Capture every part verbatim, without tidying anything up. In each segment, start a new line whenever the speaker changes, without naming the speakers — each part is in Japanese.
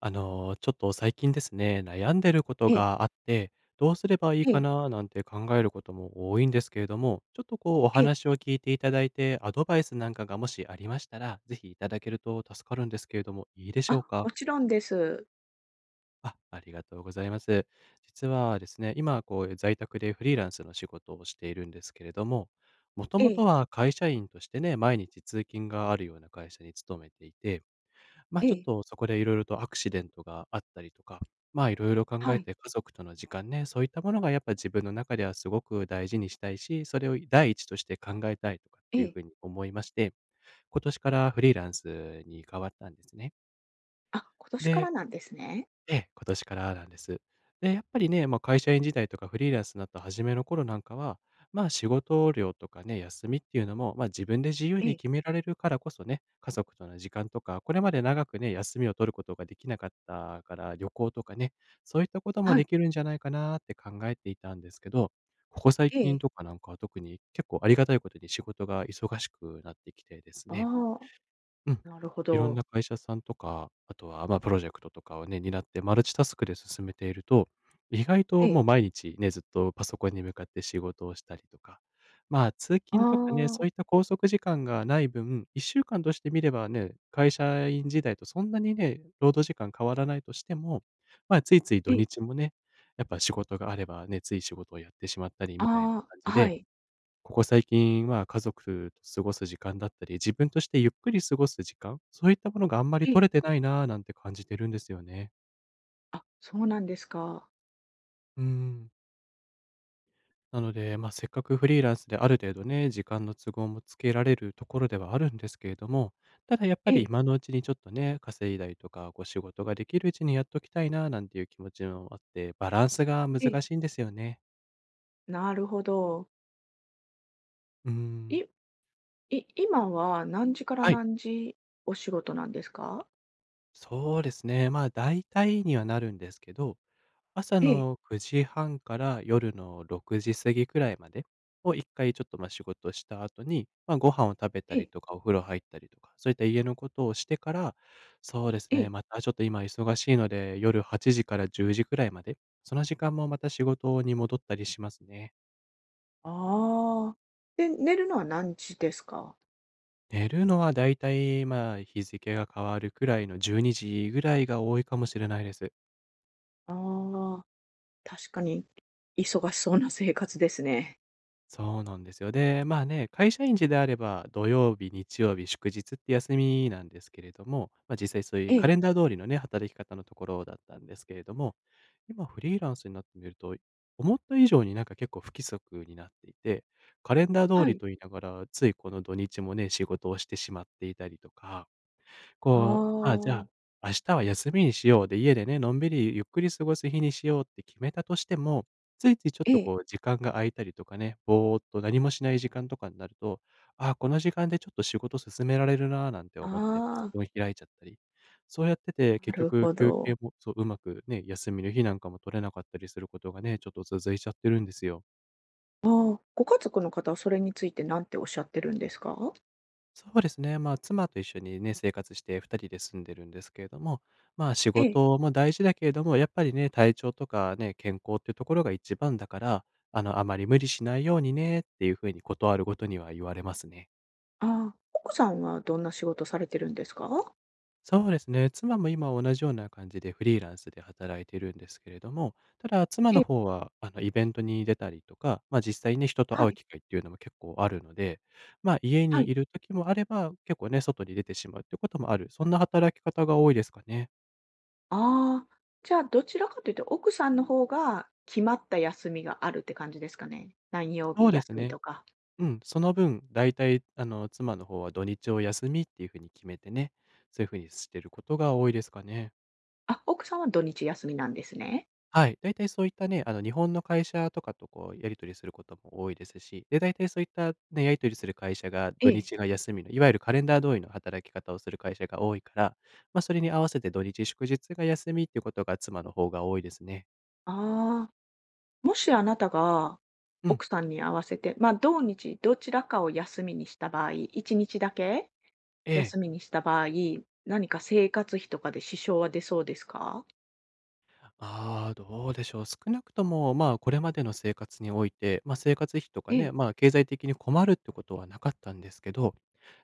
あの、ちょっと最近ですね、悩んでること
ええ、
があって、どうすればいい
え
か
え、
ななんて考えることも多いんですけれども、ちょっとこうお
ええ。
話を聞いていただいて、アドバイスなんかがもしありましたら、ぜひいただけると助かるんですけれども、いいでしょう
あ、
か？
もちろんです。
あ、ありがとうございます。実はですね、今こう在宅でフリーランスの仕事をしているんですけれども、もと
え
も
え、
とは会社員としてね、毎日通勤があるような会社に勤めていてま、あ
え
ちょっ
え、
とそこでいろいろとアクシデントがあったりとか、ま、あいろいろ考
は
え
い、
て家族との時間ね、そういったものがやっぱ自分の中ではすごく大事にしたいし、それを第一として考えたいとかっ
え
ていう
え。
ふうに思いまして、今年からフリーランスに変わったんですね。
あ、今年か
で、
らなんですね。
ええ、今年からなんです。で、やっぱりね、まあ、会社員時代とかフリーランスになった初めの頃なんかは、まあ、仕事量とかね、休みっていうのも、まあ、自分で自由
え
に
え、
決められるからこそね、家族との時間とか、これまで長くね、休みを取ることができなかったから旅行とかね、そういったことも
は
で
い、
きるんじゃないかなって考えていたんですけど、ここ最
え
近
え。
とかなんかは特に結構ありがたいことに仕事が忙しくなってきてです
あ
ね、
あ、
うん。
なるほ
いろん
ど。
な会社さんとか、あとは、まあ、プロジェクトとかをね、担ってマルチタスクで進めていると、意外
え
と
え、
もう毎日ね、ずっとパソコンに向かって仕事をしたりとか、まあ、通
あ
勤とかね、そ
あ、
ういった拘束時間がない分、いっしゅうかんとして見ればね、会社員時代とそんなにね、労働時間変わらないとしても、まあ、ついつい土
ええ、
日もね、やっぱ仕事があればね、つい仕事をやってしまったりみたいな
あ
感
あ、
じ
は
で
い、
ここ最近は家族と過ごす時間だったり、自分としてゆっくり過ごす時間、そういったものがあんまり
え
取
え。
れてないなぁなんて感じてるんですよね。
あ、そうなんですか。
うん。なので、まあ、せっかくフリーランスである程度ね、時間の都合もつけられるところではあるんですけれども、ただやっぱ
え
り
え、
今のうちにちょっとね、稼いだりとか、こう仕事ができるうちにやっときたいななんていう気持ちもあって、バランスが
ええ、
難しいんですよね。
なるほど。
うーん。
いい今は何時から
はい、
何時お仕事なんですか？
そうですね。まあ、大体にはなるんですけど、朝
ええ、
のくじはんから夜のろくじ過ぎくらいまでをいっかいちょっと、ま、仕事した後に、まあ、ご飯を食べた
え
り
え、
とか、お風呂入ったりとか、そういった家のことをしてから、そうです
え
ね、
え。
またちょっと今忙しいので、夜はちじからじゅうじくらいまで、その時間もまた仕事に戻ったりしますね。
ああ。で、寝るのは何時ですか？
寝るのはだいたい、まあ、日付が変わるくらいのじゅうにじぐらいが多いかもしれないです。
ああ。確かに、忙しそうな生活ですね。
そうなんですよ。で、まあね、会社員時であれば、土曜日、日曜日、祝日って休みなんですけれども、まあ、実際そうい
え
うカレ
え。
ンダー通りのね、働き方のところだったんですけれども、今フリーランスになってみると、思った以上になんか結構不規則になっていて、カレンダー通
は
り
い。
と言いながら、ついこの土日もね、仕事をしてしまっていたりとか、
あ
こう、ああ、じゃ
あ。
あ、明日は休みにしようで、家でね、のんびりゆっくり過ごす日にしようって決めたとしても、ついついちょっ
え
と
え。
こう時間が空いたりとかね、ぼーっと何もしない時間とかになると、ああ、この時間でちょっと仕事進められるなーなんて思って、パ
あ
ソ
あ、
コン開いちゃったり。そうやってて、
な
結
る
局
ほ
休憩
ど。
もそう、うまくね、休みの日なんかも取れなかったりすることがね、ちょっと続いちゃってるんですよ。
ああ、ご家族の方はそれについて何ておっしゃってるんですか？
そうですね。まあ、妻と一緒にね、生活してふたりで住んでるんですけれども、まあ、仕
ええ。
事も大事だけれども、やっぱりね、体調とかね、健康っていうところが一番だから、あの、あまり無理しないようにねっていうふうに断るごとには言われますね。
ああ、奥さんはどんな仕事されてるんですか？
そうですね。妻も今同じような感じでフリーランスで働いてるんですけれども、ただ妻
え
の
え、
方は、あの、イベントに出たりとか、まあ、実際に人と
は
会う
い、
機会っていうのも結構あるので、まあ、家
は
に
い。
いる時もあれば、結構ね、外に出てしまうっていうこともある。そんな働き方が多いですかね。
ああ、じゃあ、どちらかというと奥さんの方が決まった休みがあるって感じですかね？何曜
そ
日
うで
休
す
み
ね。
とか。
うん、その分、大体、あの、妻の方は土日を休みっていうふうに決めてね、そういうふうにしてることが多いですかね。
あ、奥さんは土日休みなんですね。
はい、だいたいそういったね、あの、日本の会社とかとこうやり取りすることも多いですし、で、だいたいそういったね、やり取りする会社が土
ええ。
日が休みの、いわゆるカレンダー通りの働き方をする会社が多いから、まあ、それに合わせて土日祝日が休みっていうことが妻の方が多いですね。
ああ。もしあなたが
うん、
奥さんに合わせて、ま、あ、同日どちらかを休みにした場合、いちにちだけ
ええ。
休みにした場合、何か生活費とかで支障は出そうですか？
ああ、どうでしょう。少なくとも、まあ、これまでの生活において、まあ、生活費と
え
かね、
え、
まあ、経済的に困るってことはなかったんですけど、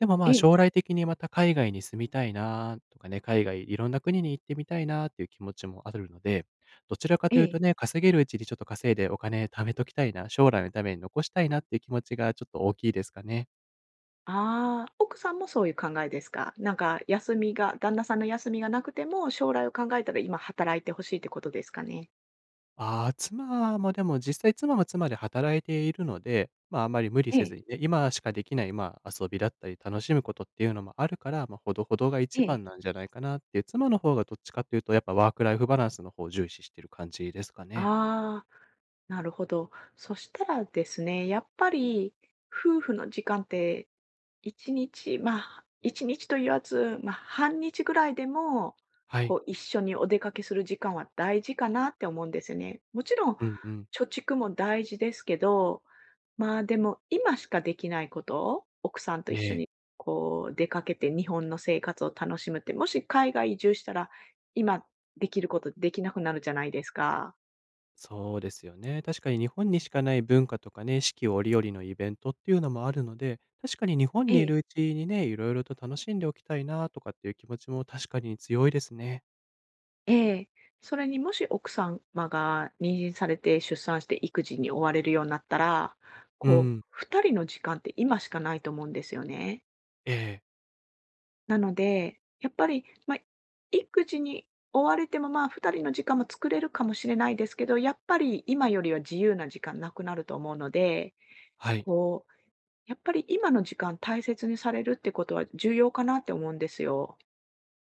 でもま
え
あ、
え、
将来的にまた海外に住みたいなとかね、海外いろんな国に行ってみたいなっていう気持ちもあるので、どちらか
え
というと
え。
ね、稼げるうちにちょっと稼いでお金貯めときたいな、将来のために残したいなっていう気持ちがちょっと大きいですかね。
ああ、奥さんもそういう考えですか？なんか休みが旦那さんの休みがなくても、将来を考えたら今働いてほしいってことですかね？
ああ、妻もでも実際妻も妻で働いているので、まあ、あまり無理
え
せず
え、
にね、今しかできない、まあ、遊びだったり楽しむことっていうのもあるから、ま、ほどほどが
え
一
え。
番なんじゃないかなっていう、妻の方がどっちかというとやっぱワークライフバランスの方を重視してる感じですかね。
ああ、なるほど。そしたらですね、やっぱり夫婦の時間って一日、まあ、一日と言わず、まあ、半日ぐらいでも、
は
こ
い。
う、一緒にお出かけする時間は大事かなって思うんですよね。もちろん、
うんうん。
貯蓄も大事ですけど、まあ、でも、今しかできないことを、奥さんと一
え
緒
え。
に、こう、出かけて日本の生活を楽しむって、もし海外移住したら、今できることできなくなるじゃないですか。
そうですよね。確かに日本にしかない文化とかね、四季折々のイベントっていうのもあるので、確かに日本にい
ええ
るうちにね、いろいろと楽しんでおきたいなとかっていう気持ちも確かに強いですね。
ええ。それにもし奥様が妊娠されて出産して育児に追われるようになったら、
う
こう、
ん。
二人の時間って今しかないと思うんですよね。
ええ。
なので、やっぱり、まあ、育児に追われても、まあ、二人の時間も作れるかもしれないですけど、やっぱり今よりは自由な時間なくなると思うので、
はい。
こう、やっぱり今の時間大切にされるってことは重要かなって思うんですよ。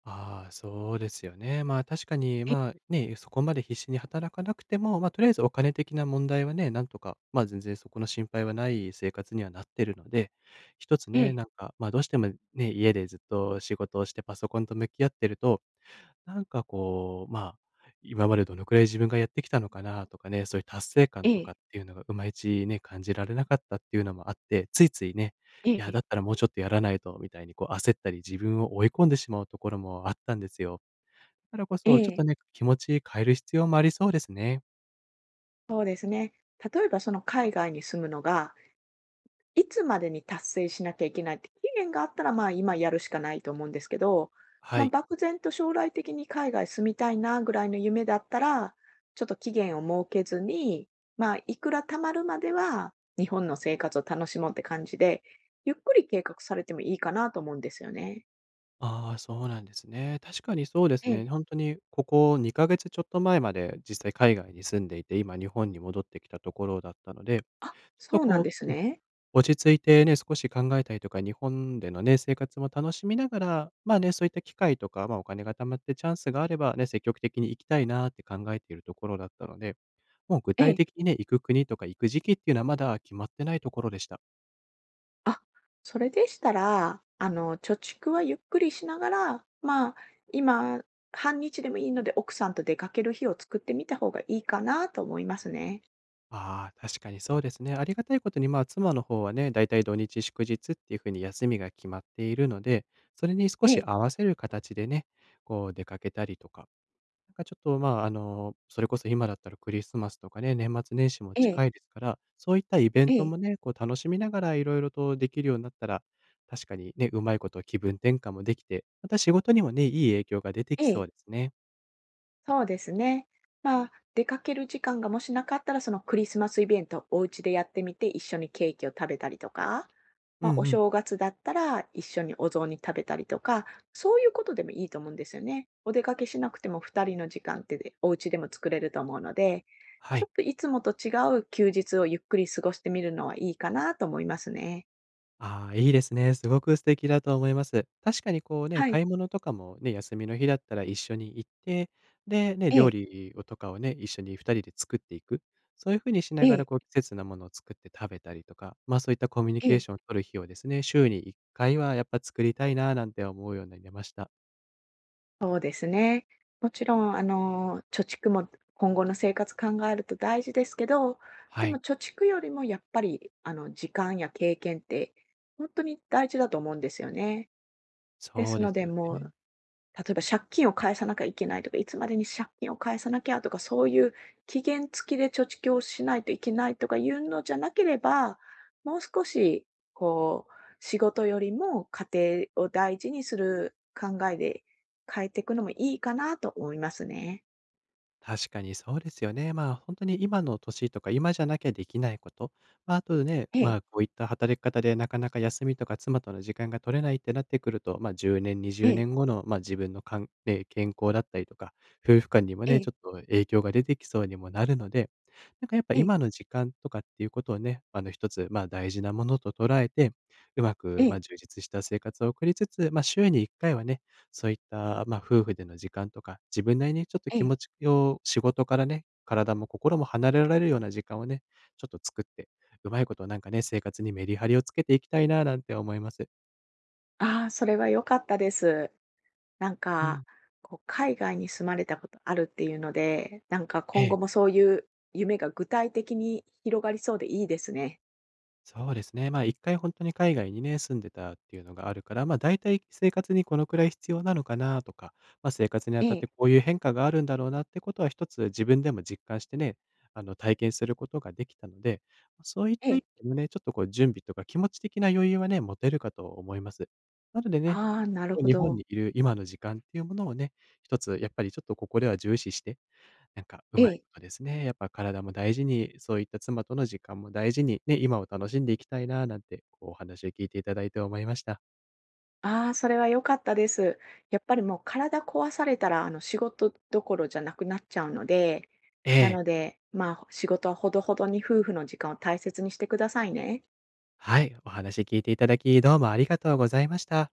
ああ、そうですよね。まあ、確かに、
え
まあ、ね、そこまで必死に働かなくても、まあ、とりあえずお金的な問題はね、なんとか、まあ、全然そこの心配はない生活にはなってるので、一つ
え
ね、
え、
なんか、まあ、どうしてもね、家でずっと仕事をしてパソコンと向き合ってると、なんかこう、まあ、今までどのくらい自分がやってきたのかなとかね、そういう達成
え
感とかっ
え、
ていうのがうまいちね、感じられなかったっていうのもあって、ついついね、
え
いや、だ
え、
ったらもうちょっとやらないとみたいにこう焦ったり、自分を追い込んでしまうところもあったんですよ。だからこ
え
そ、ちょっと
え。
ね、気持ち変える必要もありそうですね。
そうですね。例えばその海外に住むのが、いつまでに達成しなきゃいけないって期限があったら、まあ今やるしかないと思うんですけど、
は
まあ
い。
漠然と将来的に海外住みたいなぐらいの夢だったら、ちょっと期限を設けずに、まあいくら貯まるまでは日本の生活を楽しもうって感じで、ゆっくり計画されてもいいかなと思うんですよね。
ああ、そうなんですね。確かにそうで
え
す
え。
ね。本当にここにかげつちょっと前まで実際海外に住んでいて、今日本に戻ってきたところだったので、ち
あ、
ょっと
そうなん
こ
です
う
ね。
落ち着いてね、少し考えたりとか、日本でのね、生活も楽しみながら、まあね、そういった機会とか、まあ、お金が貯まってチャンスがあればね、積極的に行きたいなって考えているところだったので、もう具
え
体
え。
的にね、行く国とか行く時期っていうのはまだ決まってないところでした。
あ、それでしたら、あの、貯蓄はゆっくりしながら、まあ、今、半日でもいいので、奥さんと出かける日を作ってみた方がいいかなと思いますね。
ああ、確かにそうですね。ありがたいことに、まあ、妻の方はね、だいたい土日祝日っていうふうに休みが決まっているので、それに少
え
し
え、
合わせる形でね、こう出かけたりとか、なんかちょっと、まあ、あの、それこそ今だったらクリスマスとかね、年末年始も
え
近い
え、
ですから、そういったイベン
え
ト
え、
もね、こう楽しみながらいろいろとできるようになったら、確かにね、うまいこと気分転換もできて、また仕事にもね、いい影響が出て
え
きそう
え。
ですね。
そうですね。まあ、出かける時間がもしなかったら、そのクリスマスイベント、お家でやってみて、一緒にケーキを食べたりとか、
う
ま
ん
あ、
う
お
ん。
正月だったら一緒にお雑煮食べたりとか、そういうことでもいいと思うんですよね。お出かけしなくてもふたりの時間ってでお家でも作れると思うので、
は
ちょ
い。
っといつもと違う休日をゆっくり過ごしてみるのはいいかなと思いますね。
ああ、いいですね。すごく素敵だと思います。確かにこうね、
はい。
買い物とかもね、休みの日だったら一緒に行って、で、ね、
え
料
え、
理をとかをね、一緒にふたりで作っていく。そういう風にし
え
ながら
え、
こう季節なものを作って食べたりとか、ま、そういったコミュニ
え
ケー
え。
ションを取る日をですね、週にいっかいはやっぱ作りたいななんて思うようになりました。
そうですね。もちろん、あの、貯蓄も今後の生活考えると大事ですけど、で
は
も
い、
貯蓄よりもやっぱり、あの、時間や経験って本当に大事だと思うんですよね。で
そう
す
で
の
す
で、
よ
も
ね。
う例えば借金を返さなきゃいけないとか、いつまでに借金を返さなきゃとか、そういう期限付きで貯蓄をしないといけないとかいうのじゃなければ、もう少し、こう、仕事よりも家庭を大事にする考えで変えていくのもいいかなと思いますね。
確かにそうですよね。まあ、本当に今の年とか、今じゃなきゃできないこと、まあ、あとね、
え
ま
え、
あ、こういった働き方でなかなか休みとか妻との時間が取れないってなってくると、まあ、じゅうねん、
え
20
え、
年後の、まあ、自分のかんね、健康だったりとか、夫婦間にも
え
ね、
え、
ちょっと影響が出てきそうにもなるので、なんかやっぱ
ええ、
今の時間とかっていうことをね、あの、一つ、まあ、大事なものと捉えて、うま
え
く、まあ、
え、
充実した生活を送りつつ、まあ、週にいっかいはね、そういった、まあ、夫婦での時間とか、自分なりにちょっと
え
気
え。
持ちを仕事からね、体も心も離れられるような時間をね、ちょっと作って、うまいことなんかね、生活にメリハリをつけていきたいななんて思います。
ああ、それは良かったです。なん
うん。
か、こう海外に住まれたことあるっていうので、なんか
え
今後
え。
もそういう夢が具体的に広がりそうでいいですね。
そうですね。まあ、いっかい本当に海外にね、住んでたっていうのがあるから、まあ、だいたい生活にこのくらい必要なのかなとか、まあ、生活にあ
え
たっ
え、
てこういう変化があるんだろうなってことは一つ自分でも実感してね、あの、体験することができたので、まそういっ
え
た意味
え。
でもね、ちょっとこう準備とか気持ち的な余裕はね、持てるかと思います。なのでね、
ああ、なるほ
日本
ど。
にいる今の時間っていうものをね、一つやっぱりちょっとここでは重視してなんかう
え
まい
え。
ことですね。やっぱ体も大事に、そういった妻との時間も大事に、ね、今を楽しんでいきたいななんて、こうお話を聞いていただいて思いました。
ああ、それは良かったです。やっぱりもう体壊されたら、あの仕事どころじゃなくなっちゃうので、
え
な
え、
ので、まあ、仕事はほどほどに夫婦の時間を大切にしてくださいね。
はい、お話聞いていただき、どうもありがとうございました。